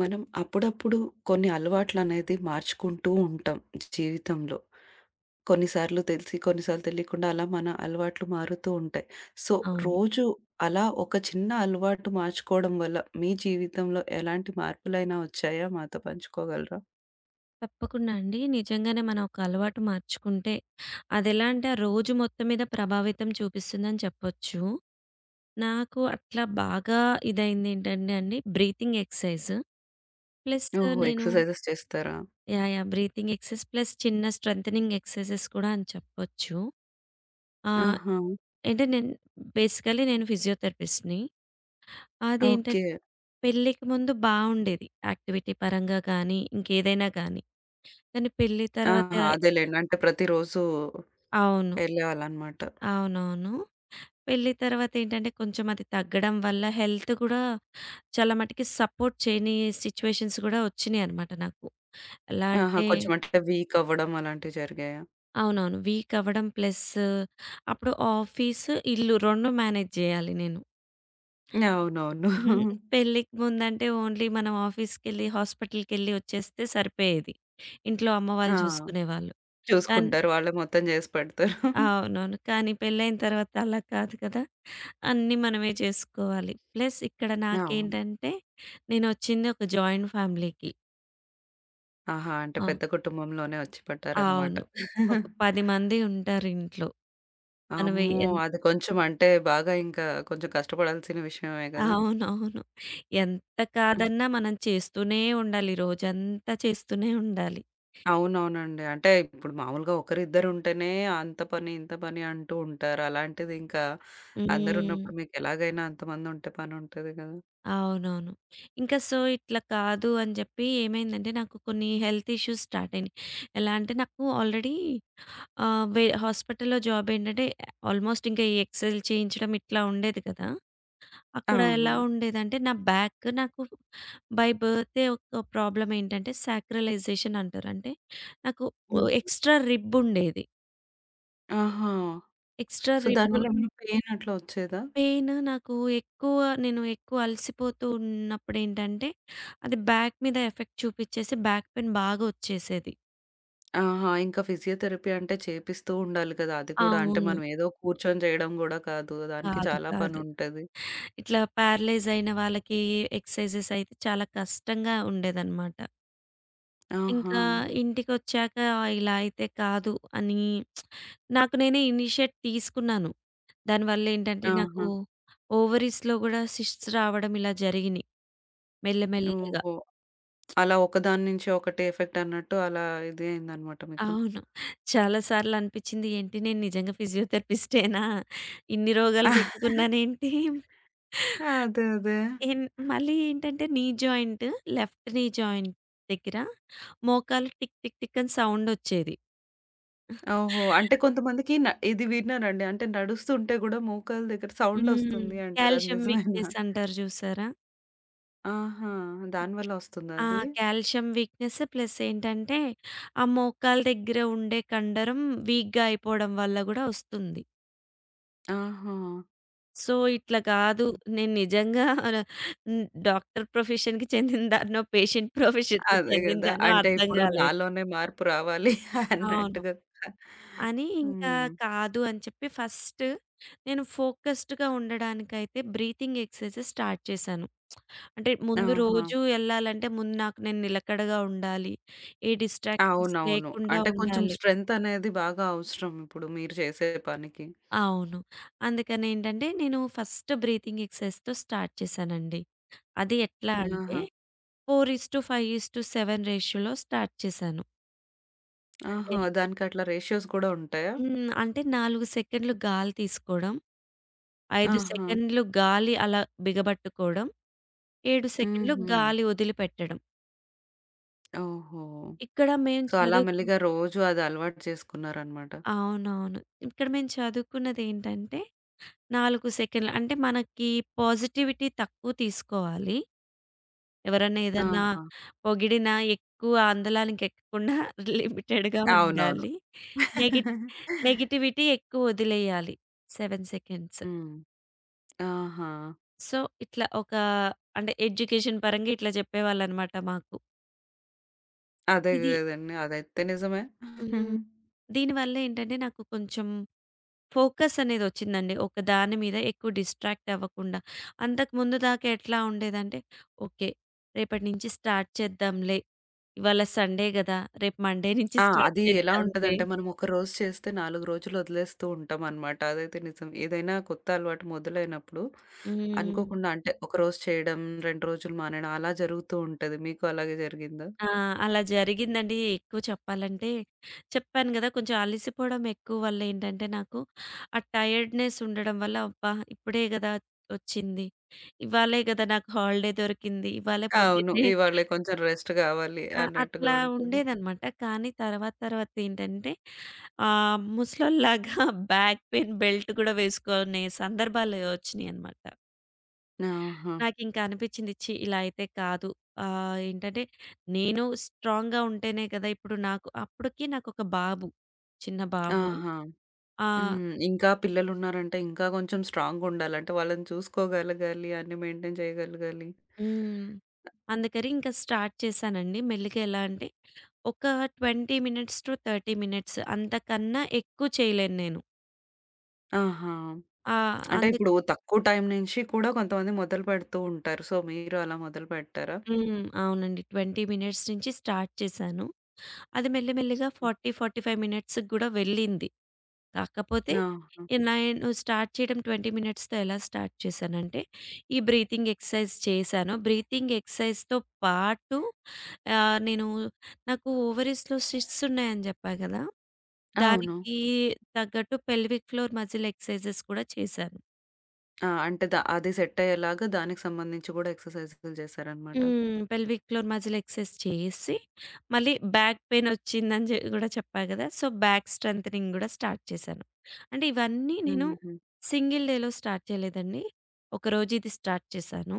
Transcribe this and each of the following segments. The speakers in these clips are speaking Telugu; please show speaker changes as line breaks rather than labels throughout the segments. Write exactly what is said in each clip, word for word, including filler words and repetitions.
మనం అప్పుడప్పుడు కొన్ని అలవాట్లనేది మార్చుకుంటూ ఉంటాం జీవితంలో. కొన్నిసార్లు తెలిసి, కొన్నిసార్లు తెలియకుండా అలా మన అలవాట్లు మారుతూ ఉంటాయి. సో,
అవును.
రోజు అలా ఒక చిన్న అలవాటు మార్చుకోవడం వల్ల మీ జీవితంలో ఎలాంటి మార్పులైనా వచ్చాయా? మాతో పంచుకోగలరా?
తప్పకుండా అండి. నిజంగానే మనం ఒక అలవాటు మార్చుకుంటే, అదెలా అంటే ఆ రోజు మొత్తం మీద ప్రభావితం చూపిస్తుందని చెప్పొచ్చు. నాకు అట్లా బాగా ఇదైందేంటంటే అండి బ్రీతింగ్ ఎక్సర్‌సైజ్. ప్లస్
ఓహో!
నేను
ఎక్సర్‌సైజెస్ చేస్తారా?
యాహ్! యాహ్! బ్రీతింగ్ ఎక్సర్‌సైజ్ ప్లస్ చిన్న స్ట్రెంథెనింగ్ ఎక్సర్‌సైజెస్ కూడా అని చెప్పొచ్చు. ఆహ్,
ఆహా!
అంటే నేను బేసికల్లీ నేను ఫిజియోథెరపిస్ట్‌ని.
ఓకే.
అదేంటంటే పెళ్ళికి ముందు బావుండేది. యాక్టివిటీ పరంగా గానీ, ఇంకేదైనా గానీ. కానీ పెళ్లి తర్వాత
ఆహా! అదేలెండి. అంటే ప్రతిరోజు
అవును.
ఎళ్ళేవాళ్ళనమాట.
అవునవును. పెళ్లి తర్వాతేంటంటే, కొంచెం అది తగ్గడం వల్ల హెల్త్ గూడా చాలా మటికి సపోర్ట్ చేయని సిచ్యువేషన్స్ గూడా ఒచ్చినియనమాట నాకు. ఎలా
ఆహా!
అంటే
కొంచెం అంటే వీక్ అవ్వడం అలాంటివి జరిగాయా?
అవునవును. వీక్ అవ్వడం ప్లస్ అప్పుడు ఆఫీస్, ఇల్లు రెండు మేనేజ్ జేయాలి నేను.
అవునవును.
ఉహుం. పెళ్ళికి ముందంటే ఓన్లీ మనం ఆఫీస్‌కెళ్ళి, హాస్పిటల్‌కెళ్ళి ఒచ్చేస్తే సరిపోయేది. ఇంట్లో అమ్మ వాళ్ళు
ఆ!
జూసుకునేవాళ్ళు. కానీ
చూసుకుంటారు. వాళ్ళే మొత్తం జేసి పెడతారు.
అవునవును. కానీ పెళ్ళైన తర్వాత అలా కాదు కదా! అన్నీ మనమే చేసుకోవాలి. ప్లస్ ఇక్కడ
అవును.
నాకేంటంటే నేనొచ్చింది ఒక జాయింట్ ఫ్యామిలీకి.
ఆహా! అంటే
ఆ!
పెద్ద కుటుంబంలోనే వచ్చి పడ్డారనమాట.
అవును. ఒక పది మంది ఉంటారు ఇంట్లో. మనం
అమ్మో!
ఎన్
అది కొంచెం అంటే బాగా ఇంకా కొంచెం కష్టపడాల్సిన విషయమే గదా!
అవునవును. ఎంత
హ్మ్.
కాదన్నా మనం చేస్తూనే ఉండాలి. రోజంతా చేస్తూనే ఉండాలి.
అవునవునండి. అంటే ఇప్పుడు మామూలుగా ఒకరిద్దరుంటేనే అంత పని, ఇంత పని అంటూ ఉంటారు. అలాంటిది ఇంకా
హ్మ్.
అందరున్నప్పుడు మీకెలాగైనా అంతమందుంటే పనుంటది గదా!
అవునవును. ఇంకా సో, ఇట్లా కాదు అని చెప్పి ఏమైందంటే నాకు కొన్ని హెల్త్ ఇష్యూస్ స్టార్ట్ అయినాయి. ఎలా అంటే నాకు ఆల్రెడీ ఆ! వే హాస్పిటల్‌లో జాబ్ ఏంటంటే ఆల్మోస్ట్ ఇంకా ఈ ఎక్స్‌రేలు చేయించడం ఇట్లా ఉండేది కదా! అక్కడ
అవును.
ఎలా ఉండేదంటే నా బ్యాక్ నాకు బై బర్తే ఒక ప్రాబ్లమ్ ఏంటంటే సాక్రలైజేషన్ అంటారు. అంటే నాకు
హ్మ్.
ఎక్స్‌ట్రా రిబ్ ఉండేది.
ఆహా!
ఎక్స్‌ట్రా
సో,
రిబ్
దానివల్ల ఏమైనా పెయిన్ అట్లా వచ్చేదా?
పెయిన్ నాకు ఎక్కువ నేను ఎక్కువ అలసిపోతూ ఉన్నప్పుడు ఏంటంటే అది బ్యాక్ మీద ఎఫెక్ట్ చూపించేసి బ్యాక్ పెయిన్ బాగా వచ్చేసేది.
ఆహా! ఇంకా ఫిజియోథెరపీ అంటే చేపిస్తూ ఉండాలి కదా! అది కూడా. అంటే
అవును.
మనం ఏదో కూర్చొని చేయడం గూడా కాదు. దానికి
కాదు.
చాలా
కాదు.
పనుంటది.
ఇట్లా ప్యారలైజ్ అయిన వాళ్ళకి ఎక్సర్‌సైజెస్ అయితే చాలా కష్టంగా ఉండేదనమాట.
ఆహా!
ఇంకా ఇంటికొచ్చాక ఇలా అయితే కాదు అని నాకు నేనే ఇనిషియేట్ తీసుకున్నాను. దానివల్లేంటంటే నాకు
ఆహా!
ఓవరీస్‌లో గూడా సిస్ట్స్ రావడం ఇలా జరిగినియి మెల్ల మెల్లగా.
ఓహో! అలా ఒకదాని నుంచి ఒకటి ఎఫెక్ట్ అన్నట్టు అలా ఇది అయిందనమాట మీకు.
అవును. చాలా సార్లు అనిపిచ్చింది ఏంటి నేను నిజంగా ఫిజియోథెరపిస్టేనా? ఇన్ని రోగాలు పెట్టుకున్నానేంటి?
అదే. అదే.
ఎన్ మళ్ళీ ఏంటంటే knee joint, left knee joint దగ్గర మోకాలు టిక్ టిక్ టిక్ అని సౌండొచ్చేది.
ఓహో! అంటే కొంతమందికి న ఇది విన్నానండి. అంటే నడుస్తుంటే గూడా మోకాళ్ళ దగ్గర
హ్మ్.
సౌండొస్తుంది అంటారు. అది
కాల్షియం
నిజమేనా?
వీక్‌నెస్ అంటారు చూసారా?
ఆహా! దానివల్ల వస్తుందా
ఆ!
అది?
కాల్షియం వీక్‌నెస్ ప్లస్ ఏంటంటే, ఆ మోకాల దగ్గర ఉండే కండరం వీక్‌గా అయిపోవడం వల్ల గూడా వస్తుంది.
ఆహా!
సో, ఇట్లా కాదు నేను నిజంగా హ్మ్, డాక్టర్ ప్రొఫెషన్‌కి చెందినదాన్నో, పేషెంట్ ప్రొఫెషన్‌కి
అదే గదా!
చెందినదాన్నో
అంటే
అర్థం
ఇప్పుడు
కాలేదు.
నాలోనే మార్పు రావాలి
అవును.
అన్నట్టుగా.
అని ఇంకా
హ్మ్.
కాదు అని చెప్పి ఫస్ట్ నేను ఫోకస్డ్‌గా ఉండడానికైతే బ్రీతింగ్ ఎక్సర్‌సైజెస్ స్టార్ట్ చేశాను. అంటే ముందు
ఆహా!
రోజు ఎళ్ళాలంటే ముందు నాకు నేను నిలకడగా ఉండాలి. ఏ డిస్ట్రాక్షన్స్
అవునవును.
లేకుండా
అంటే కొంచెం
ఉండాలి.
స్ట్రెంత్ అనేది బాగా అవసరం ఇప్పుడు మీరు చేసే పనికి.
అవును. అందుకనేంటంటే నేను ఫస్ట్ బ్రీతింగ్ ఎక్సర్‌సైజ్‌తో స్టార్ట్ చేశానండి. అది ఎట్లా అంటే
ఆహా!
నాలుగు ఐదు:ఏడు రేషియోలో స్టార్ట్ చేశాను. అంటే
ఆహా! దానికి అట్లా రేషియోస్ గూడా ఉంటాయా?
హ్మ్. అంటే నాలుగు సెకండ్లు గాలి తీసుకోవడం, ఐదు
ఆహా!
సెకండ్లు గాలి అలా బిగబట్టుకోవడం, ఏడు సెకన్లు
హుహు.
గాలి వదిలిపెట్టడం.
ఓహో!
ఇక్కడ మేము
సో, అలా
చదువుకు
మెల్లిగా రోజు అది అలవాటు చేసుకున్నారనమాట.
అవునవును. ఇక్కడ మేము చదువుకున్నదేంటంటే నాలుగు సెకన్లు. అంటే మనకి పాజిటివిటీ తక్కువ తీసుకోవాలి. ఎవరన్నా ఏదన్నా
ఆహా!
పొగిడినా ఎక్కువ ఆందోళనకి ఎక్కకుండా లిమిటెడ్‌గా
అవునవును.
ఉండాలి. నెగి నెగటివిటీ ఎక్కువ వదిలేయాలి. ఏడు సెకండ్స్.
హ్మ్. ఆహా!
సో, ఇట్లా ఒక అంటే ఎడ్యుకేషన్ పరంగా ఇట్లా చెప్పేవాళ్ళనమాట మాకు.
అదే
ఇది
గదండీ! అదైతే నిజమే.
హ్మ్. దీనివల్ల ఏంటంటే నాకు కొంచెం ఫోకస్ అనేదొచ్చిందండి. ఒక దాని మీద ఎక్కువ డిస్ట్రాక్ట్ అవ్వకుండా. అంతకుముందు దాకా ఎట్లా ఉండేదంటే, ఓకే. రేపటి నుంచి స్టార్ట్ చేద్దాంలే. ఇవాళ సండే గదా! రేపు మండే నుంచి
ఆ!
స్టార్ట్
అది ఎలా
చేద్దాంలే.
ఉంటదంటే, మనం ఒక రోజు చేస్తే నాలుగు రోజులు వదిలేస్తూ ఉంటామనమాట. అదైతే నిజం. ఏదైనా కొత్త అలవాటు మొదలైనప్పుడు
హ్మ్.
అనుకోకుండా అంటే, ఒక రోజు చేయడం, రెండు రోజులు మానేయడం అలా జరుగుతూ ఉంటది. మీకు అలాగే జరిగిందా?
ఆ! అలా జరిగిందండి. ఎక్కువ చెప్పాలంటే చెప్పాను గదా! కొంచెం అలసిపోవడం ఎక్కువ వల్ల ఏంటంటే నాకు ఆ టైర్డ్‌నెస్ ఉండడం వల్ల అబ్బా! ఇప్పుడే గదా! వచ్చింది. ఇవాళే గదా! నాకు హాలిడే దొరికింది. ఇవాళే
అవును.
పొద్దున్నే
ఇవాళే కొంచెం రెస్ట్ కావాలి
ఆ!
అన్నట్టుగా
అట్లా
ఉంటది.
ఉండేదనమాట. కానీ తర్వాత తర్వాత ఏంటంటే ఆహ్, ముసలోళ్ళలాగా బ్యాక్ పెయిన్ బెల్ట్ కూడా వేసుకునే సందర్భాలు వచ్చినియనమాట.
ఆహా!
నాకింక అనిపిచ్చింది ఛీ! ఇలా అయితే కాదు. ఆహ్, ఏంటంటే నేను స్ట్రాంగ్‌గా ఉంటేనే కదా! ఇప్పుడు నాకు అప్పటికి నాకొక బాబు. చిన్న బాబు.
ఆహా!
ఆ!
హ్మ్. ఇంకా పిల్లలున్నారంటే ఇంకా కొంచెం స్ట్రాంగ్‌గుండాలి. అంటే వాళ్ళని చూసుకోగలగాలి, అన్నీ మెయింటైన్ చేయగలగాలి.
హ్మ్. అందుకని ఇంక స్టార్ట్ చేశానండి. మెల్లిగా ఎలా అంటే ఒక ఇరవై మినిట్స్ టు ముప్పై మినిట్స్ అంతకన్నా ఎక్కువ చేయలేను నేను.
ఆహా!
ఆ!
అంటే
అంత
ఇప్పుడు తక్కువ టైం నుంచి కూడా కొంతమంది మొదలుపెడుతూ ఉంటారు. సో, మీరు అలా మొదలుపెట్టారా?
హ్మ్. అవునండి. ఇరవై మినిట్స్ నుంచి స్టార్ట్ చేశాను. అది మెల్లిమెల్లిగా నలభై, నలభై ఐదు మినిట్స్‌కి గూడా వెళ్ళింది. కాకపోతే
ఆ! ఆ!
ఈ నేను స్టార్ట్ చేయడం ఇరవై మినిట్స్‌తో ఎలా స్టార్ట్ చేశానంటే, ఈ బ్రీతింగ్ ఎక్సర్సైజ్ చేశాను. బ్రీతింగ్ ఎక్సర్సైజ్‌తో పాటు ఆహ్, నేను నాకు ఓవరీస్‌లో సిస్ట్స్ ఉన్నాయని జెప్పా గదా!
అవును.
దానికి తగ్గట్టు పెల్విక్ ఫ్లోర్ మజిల్ ఎక్సర్సైజెస్ కూడా చేశాను.
ఆ! అంటే ద అది సెట్ అయ్యేలాగా దానికి సంబంధించి కూడా ఎక్సర్‌సైజులు చేశారనమాట.
హ్మ్. పెల్విక్ ఫ్లోర్ మజిల్ ఎక్సర్‌సైజ్ చేసి, మళ్ళీ బ్యాక్ పెయిన్ వచ్చిందని జె గూడా చెప్పా గదా! సో, బ్యాక్ స్ట్రెంథెనింగ్ గూడా స్టార్ట్ చేశాను. అంటే ఇవన్నీ నేను
హుహు.
సింగిల్ డేలో స్టార్ట్ చేయలేదండి. ఒకరోజు ఇది స్టార్ట్ చేశాను.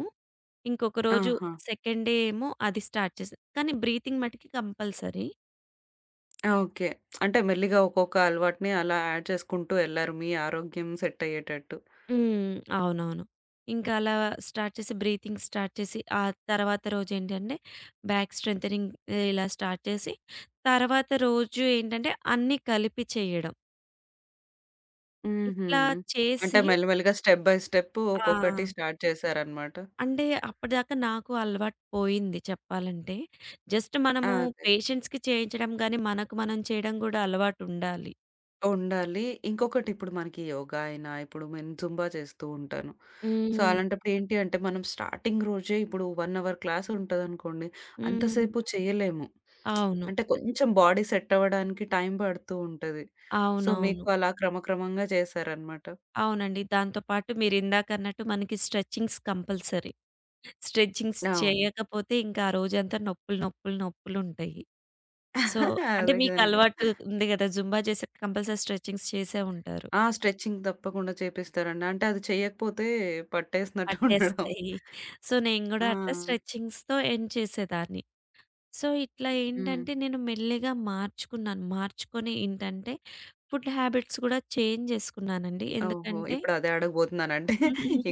ఇంకొక రోజు
ఆహా!
సెకండ్ డే ఏమో అది స్టార్ట్ చేశా. కానీ బ్రీతింగ్ మటికి కంపల్సరీ.
ఆ! ఓకే. అంటే మెల్లిగా ఒక్కొక్క అలవాటుని అలా యాడ్ చేసుకుంటూ ఎళ్లారు మీ ఆరోగ్యం సెట్ అయ్యేటట్టు.
హ్మ్. అవునవును. ఇంకా అలా స్టార్ట్ చేసి బ్రీతింగ్ స్టార్ట్ చేసి, ఆ తర్వాత రోజేంటంటే బ్యాక్ స్ట్రెంథెనింగ్ ఇలా స్టార్ట్ చేసి, తర్వాత రోజు ఏంటంటే అన్నీ కలిపి చేయడం.
హుహు.
ఇట్లా
అంటే
చేసి
మెల్లిమెల్లిగా స్టెప్ బై స్టెప్
ఆ!
ఒక్కొక్కటి స్టార్ట్ చేశారనమాట.
అంటే అప్పటిదాకా నాకు అలవాటు పోయింది చెప్పాలంటే. జస్ట్ మనము
అదే.
పేషెంట్స్‌కి చేయించడం గానీ, మనకు మనం చేయడం గూడా అలవాటుండాలి.
ఉండాలి. ఇంకొకటి ఇప్పుడు మనకి యోగా అయినా, ఇప్పుడు నేను జుంబా చేస్తూ ఉంటాను. సో,
హ్మ్.
అలాంటప్పుడు ఏంటి అంటే, మనం స్టార్టింగ్ రోజే ఇప్పుడు ఒక అవర్ క్లాస్ ఉంటదనుకోండి,
హ్మ్.
అంతసేపు చేయలేము.
అవును.
అంటే కొంచెం బాడీ సెట్ అవ్వడానికి టైం పడుతూ ఉంటది. సో,
అవునవును.
మీకు అలా క్రమక్రమంగా చేశారనమాట.
అవునండి. దాంతో పాటు మీరిందాకన్నట్టు మనకి స్ట్రెచింగ్స్ కంపల్సరీ. స్ట్రెచింగ్స్
అవును.
చేయకపోతే ఇంకా ఆ రోజంతా నొప్పులు, నొప్పులు, నొప్పులుంటాయి. సో, అంటే
అదే కదండీ.
మీకలవాటు ఉంది గదా! జుంబా చేసాక కంపల్సరీ స్ట్రెచింగ్స్ చేసే ఉంటారు.
ఆ! స్ట్రెచింగ్ తప్పకుండా చేపిస్తారండి. అంటే అది చేయకపోతే పట్టేసినట్టు ఉండడం.
పట్టేస్తాయి. సో, నేను
ఆ!
గూడా అట్లా స్ట్రెచింగ్స్‌తో ఎండ్ చేసేదాన్ని. సో, ఇట్లా
హ్మ్.
ఏంటంటే నేను మెల్లిగా మార్చుకున్నాను. మార్చుకొని ఏంటంటే ఫుడ్ హ్యాబిట్స్ గూడా చేంజ్ చేసుకున్నానండి.
ఓహో!
ఎందుకంటే
ఇప్పుడు అదే అడగబోతున్నానంటే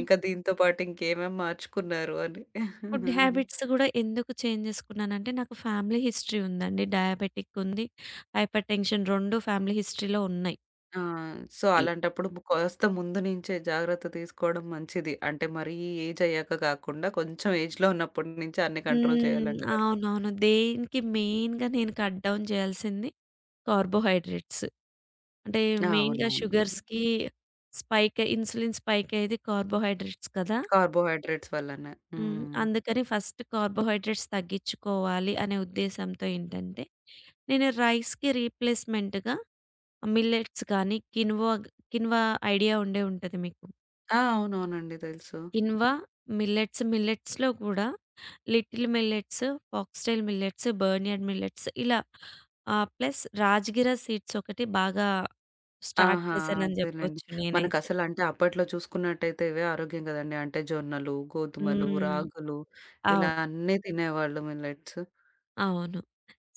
ఇంకా దీంతో పాటు ఇంకేమేం మార్చుకున్నారు అని.
ఫుడ్ హ్యాబిట్స్ గూడా ఎందుకు చేంజ్ చేసుకున్నానంటే నాకు ఫ్యామిలీ హిస్టరీ ఉందండి. డయాబెటిక్ ఉంది. హైపర్‌టెన్షన్ టూ ఫ్యామిలీ హిస్టరీలో ఉన్నాయి.
ఆ! సో,
ఇ
అలాంటప్పుడు ము కాస్త ముందు నుంచే జాగ్రత్త తీసుకోవడం మంచిది. అంటే మరీ ఏజ్ అయ్యాక కాకుండా కొంచెం ఏజ్‌లో ఉన్నప్పటి నుంచే అన్ని కంట్రోల్
హ్మ్.
చేయాలంటారు.
అవునవును. దేనికి మెయిన్‌గా నేను కట్ డౌన్ చేయాల్సింది కార్బోహైడ్రేట్స్. అంటే
ఆ!
మెయిన్‌గా
అవునవునండి.
షుగర్స్‌కి స్పైక్ ఇన్సులిన్ స్పైక్ అయ్యేది కార్బోహైడ్రేట్స్ కదా!
కార్బోహైడ్రేట్స్ వల్లనే.
హ్మ్.
హ్మ్.
అందుకని ఫస్ట్ కార్బోహైడ్రేట్స్ తగ్గించుకోవాలి అనే ఉద్దేశంతో ఏంటంటే, నేను రైస్‌కి రీప్లేస్‌మెంట్‌గా మిల్లెట్స్ కానీ, కిన్వా కిన్వా ఐడియా ఉండే ఉంటది మీకు.
ఆ! అవునవునండి. తెలుసు.
కిన్వా, మిల్లెట్స్ మిల్లెట్స్‌లో కూడా little millets, foxtail millets, barnyard millets ఇలా ఆహ్, ప్లస్ రాజగిర సీడ్స్ ఒకటి బాగా స్టార్ట్
ఆహా!
చేశానని
అదేలెండి.
జెప్పొచ్చు నేనైతే.
మనకసలు అంటే అప్పట్లో చూసుకున్నట్టయితే ఇవే ఆరోగ్యం కదండీ. అంటే జొన్నలు, గోధుమలు,
హ్మ్.
రాగులు ఇలా
అవును.
అన్నీ తినేవాళ్ళు మిల్లెట్స్.
అవును.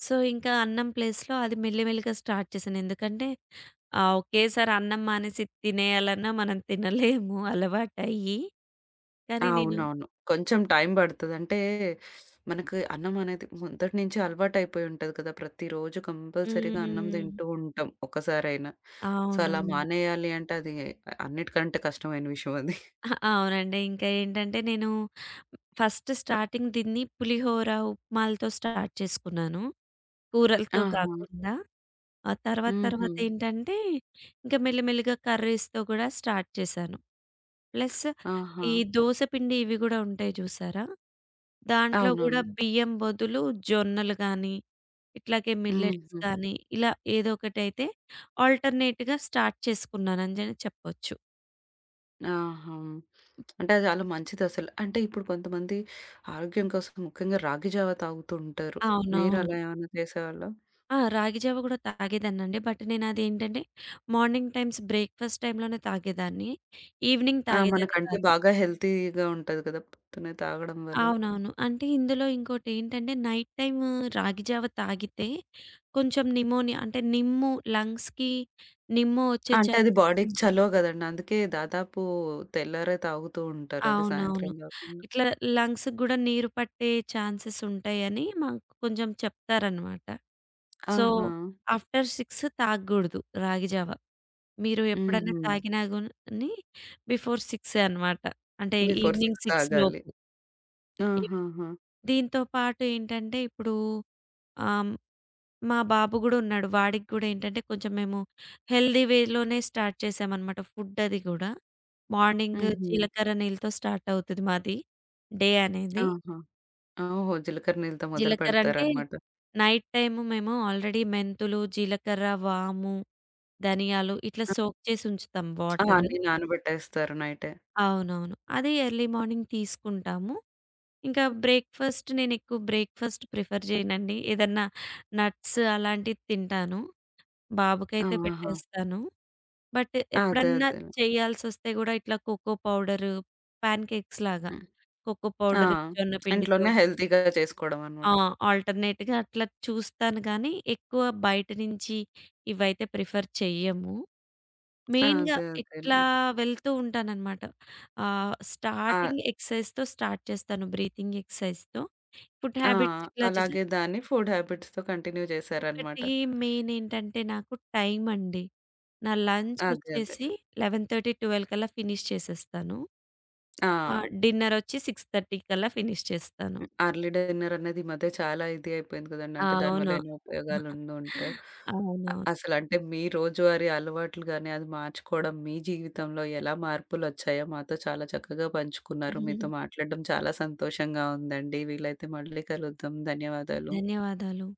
సో, ఇంకా అన్నం ప్లేస్‌లో అది మెల్లిమెల్లిగా స్టార్ట్ చేశాను. ఎందుకంటే ఆహ్, ఒకేసారి అన్నం మానేసి తినేయాలన్నా మనం తినలేము అలవాటయ్యి. కానీ నేను
అవునవును. కొంచెం టైం పడతది. అంటే మనకు అన్నం అనేది మొదటి నుంచి అలవాటైపోయి ఉంటది కదా! ప్రతిరోజు కంపల్సరీగా అన్నం
హ్మ్.
తింటూ ఉంటాం ఒక్కసారైనా. సో, అలా
అవునవును.
మానేయాలి అంటే అది అన్నిటికంటే కష్టమైన విషయం అది.
అహా! అవునండి. ఇంకా ఏంటంటే నేను ఫస్ట్ స్టార్టింగ్ దీన్ని పులిహోర, ఉప్మాలతో స్టార్ట్ చేసుకున్నాను. కూరలతో
ఆహా!
కాకుండా. ఆ తర్వాత
హుహు.
తర్వాత ఏంటంటే, ఇంకా మెల్లిమెల్లిగా కర్రీస్‌తో గూడా స్టార్ట్ చేశాను. ప్లస్
ఆహా!
ఈ దోస పిండి ఇవి గూడా ఉంటాయి చూసారా? దాంట్లో గూడా
అవునవును.
బియ్యం బదులు జొన్నలు గానీ, ఇట్లాగే మిల్లెట్స్
హుహు.
గానీ, ఇలా ఏదో ఒకటైతే ఆల్టర్‌నేట్‌గా స్టార్ట్ చేసుకున్నానని జని చెప్పొచ్చు.
ఆహా! అంటే అది చాలా మంచిదసలు. అంటే ఇప్పుడు కొంతమంది ఆరోగ్యం కోసం ముఖ్యంగా రాగి జావ తాగుతూ ఉంటారు.
అవునవును.
మీరలా ఏమైనా చేసేవాళ్ళా?
ఆ! రాగి జావ గూడా తాగేదాన్నండి. బట్ నేనదేంటంటే, మార్నింగ్ టైమ్స్ బ్రేక్‌ఫాస్ట్ టైమ్‌లోనే తాగేదాన్ని. ఈవినింగ్
ఆ!
తాగేదాన్ని
మనకంటే
కాదు.
బాగా హెల్తీగా ఉంటది కదా! పొద్దున్నే తాగడం వల్ల.
అవునవును. అంటే ఇందులో ఇంకోటేంటంటే, నైట్ టైమ్ రాగి జావ తాగితే కొంచెం నిమోనియా అంటే, నిమ్ము లంగ్స్‌కి నిమ్ము ఒచ్చే
అంటే అది
ఛాన్సెస్ ఉన్
బాడీకి చలువ గదండీ. అందుకే దాదాపు తెల్లారే తాగుతూ ఉంటారు. అది
అవునవును.
సాయంత్రం గాకుండా.
ఇట్లా లంగ్స్‌కి గూడా నీరు పట్టే ఛాన్సెస్ ఉంటాయని మాకు కొంచెం చెప్తారనమాట. సో,
ఆహా!
ఆఫ్టర్ ఆరు తాగకూడదు రాగి జావ. మీరు ఎప్పుడన్నా
హుహు.
తాగినా గాని బిఫోర్ ఆరు అనమాట. అంటే
బిఫోర్
ఈవినింగ్
ఆరు
ఆరు
తాగాలి.
లోపు. ఈవినింగ్
ఆహాహా!
దీంతో పాటు ఏంటంటే ఇప్పుడు ఆహ్, మా బాబు గూడా ఉన్నాడు. వాడికి గూడా ఏంటంటే కొంచెం మేము హెల్తీ వేలోనే స్టార్ట్ చేశామనమాట ఫుడ్ అది గూడా. మార్నింగ్
హుహు.
జీలకర్ర నీళ్ళతో స్టార్ట్ అవుతది మాది డే అనేది.
ఆహా! ఓహో! జీలకర్ర నీళ్ళతో మొదలు
జీలకర్ర అంటే
పెడతారనమాట.
నైట్ టైము మేము ఆల్రెడీ మెంతులు, జీలకర్ర, వాము, ధనియాలు ఇట్లా సోక్ చేసి ఉంచుతాం
ఆ!
వాటరు.
అన్నీ నానబెట్టేస్తారు నైటే.
అవునవును. అది ఎర్లీ మార్నింగ్ తీసుకుంటాము. ఇంకా బ్రేక్‌ఫాస్ట్ నేనెక్కువ బ్రేక్‌ఫాస్ట్ ప్రిఫర్ చేయనండి. ఏదన్నా నట్స్ అలాంటివి తింటాను. బాబుకైతే
ఆహా!
పెట్టేస్తాను. బట్
అదే
ఎప్పుడన్నా
అదేలే.
చేయాల్సొస్తే గూడా ఇట్లా కోకో పౌడరు, ప్యాన్ కేక్స్ లాగా.
హ్మ్.
కోకో
ఆ!
పౌడర్, జొన్న పిండితో
ఇంట్లోనే హెల్తీగా చేసుకోవడం
ఆ!
అనమాట.
ఆల్టర్‌నేట్‌గా అట్లా చూస్తాను గానీ, ఎక్కువ బయట నుంచి ఇవైతే ప్రిఫర్ చెయ్యము. మెయిన్‌గా
అదే అదేలే.
ఇట్లా వెళ్తూ ఉంటాననమాట. ఆహ్,
ఆ!
స్టార్టింగ్ ఎక్సర్‌సైజ్‌తో స్టార్ట్ చేస్తాను. బ్రీతింగ్ ఎక్సర్‌సైజ్‌తో. ఫుడ్
ఆ!
హ్యాబిట్స్ ఇట్లా చేసా.
అలాగే దాన్ని ఫుడ్ హ్యాబిట్స్‌తో కంటిన్యూ చేశారనమాట.
ఒకటి మెయిన్ ఏంటంటే నాకు టైం అండి. నా లంచ్
అదే అదే.
వచ్చేసి పదకొండు ముప్పై, పన్నెండు కల్లా ఫినిష్ చేసేస్తాను.
ఆ!
ఆ! డిన్నర్ వచ్చి ఆరు ముప్పై కల్లా ఫినిష్ చేస్తాను.
హ్మ్. అర్లీ డిన్నర్ అనేది ఈ మధ్య చాలా ఇది అయిపోయింది కదండీ. అంటే దానివల్ల
అవును.
ఎన్నో ఉపయోగాలు ఉండుంటా అ
అవునవును.
అసలంటే మీ రోజువారీ అలవాట్లు గాని, అది మార్చుకోవడం మీ జీవితంలో ఎలా మార్పులొచ్చాయో మాతో చాలా చక్కగా పంచుకున్నారు. మీతో మాట్లాడడం చాలా సంతోషంగా ఉందండి. వీలైతే మళ్ళీ కలుద్దాం. ధన్యవాదాలు.
ధన్యవాదాలు.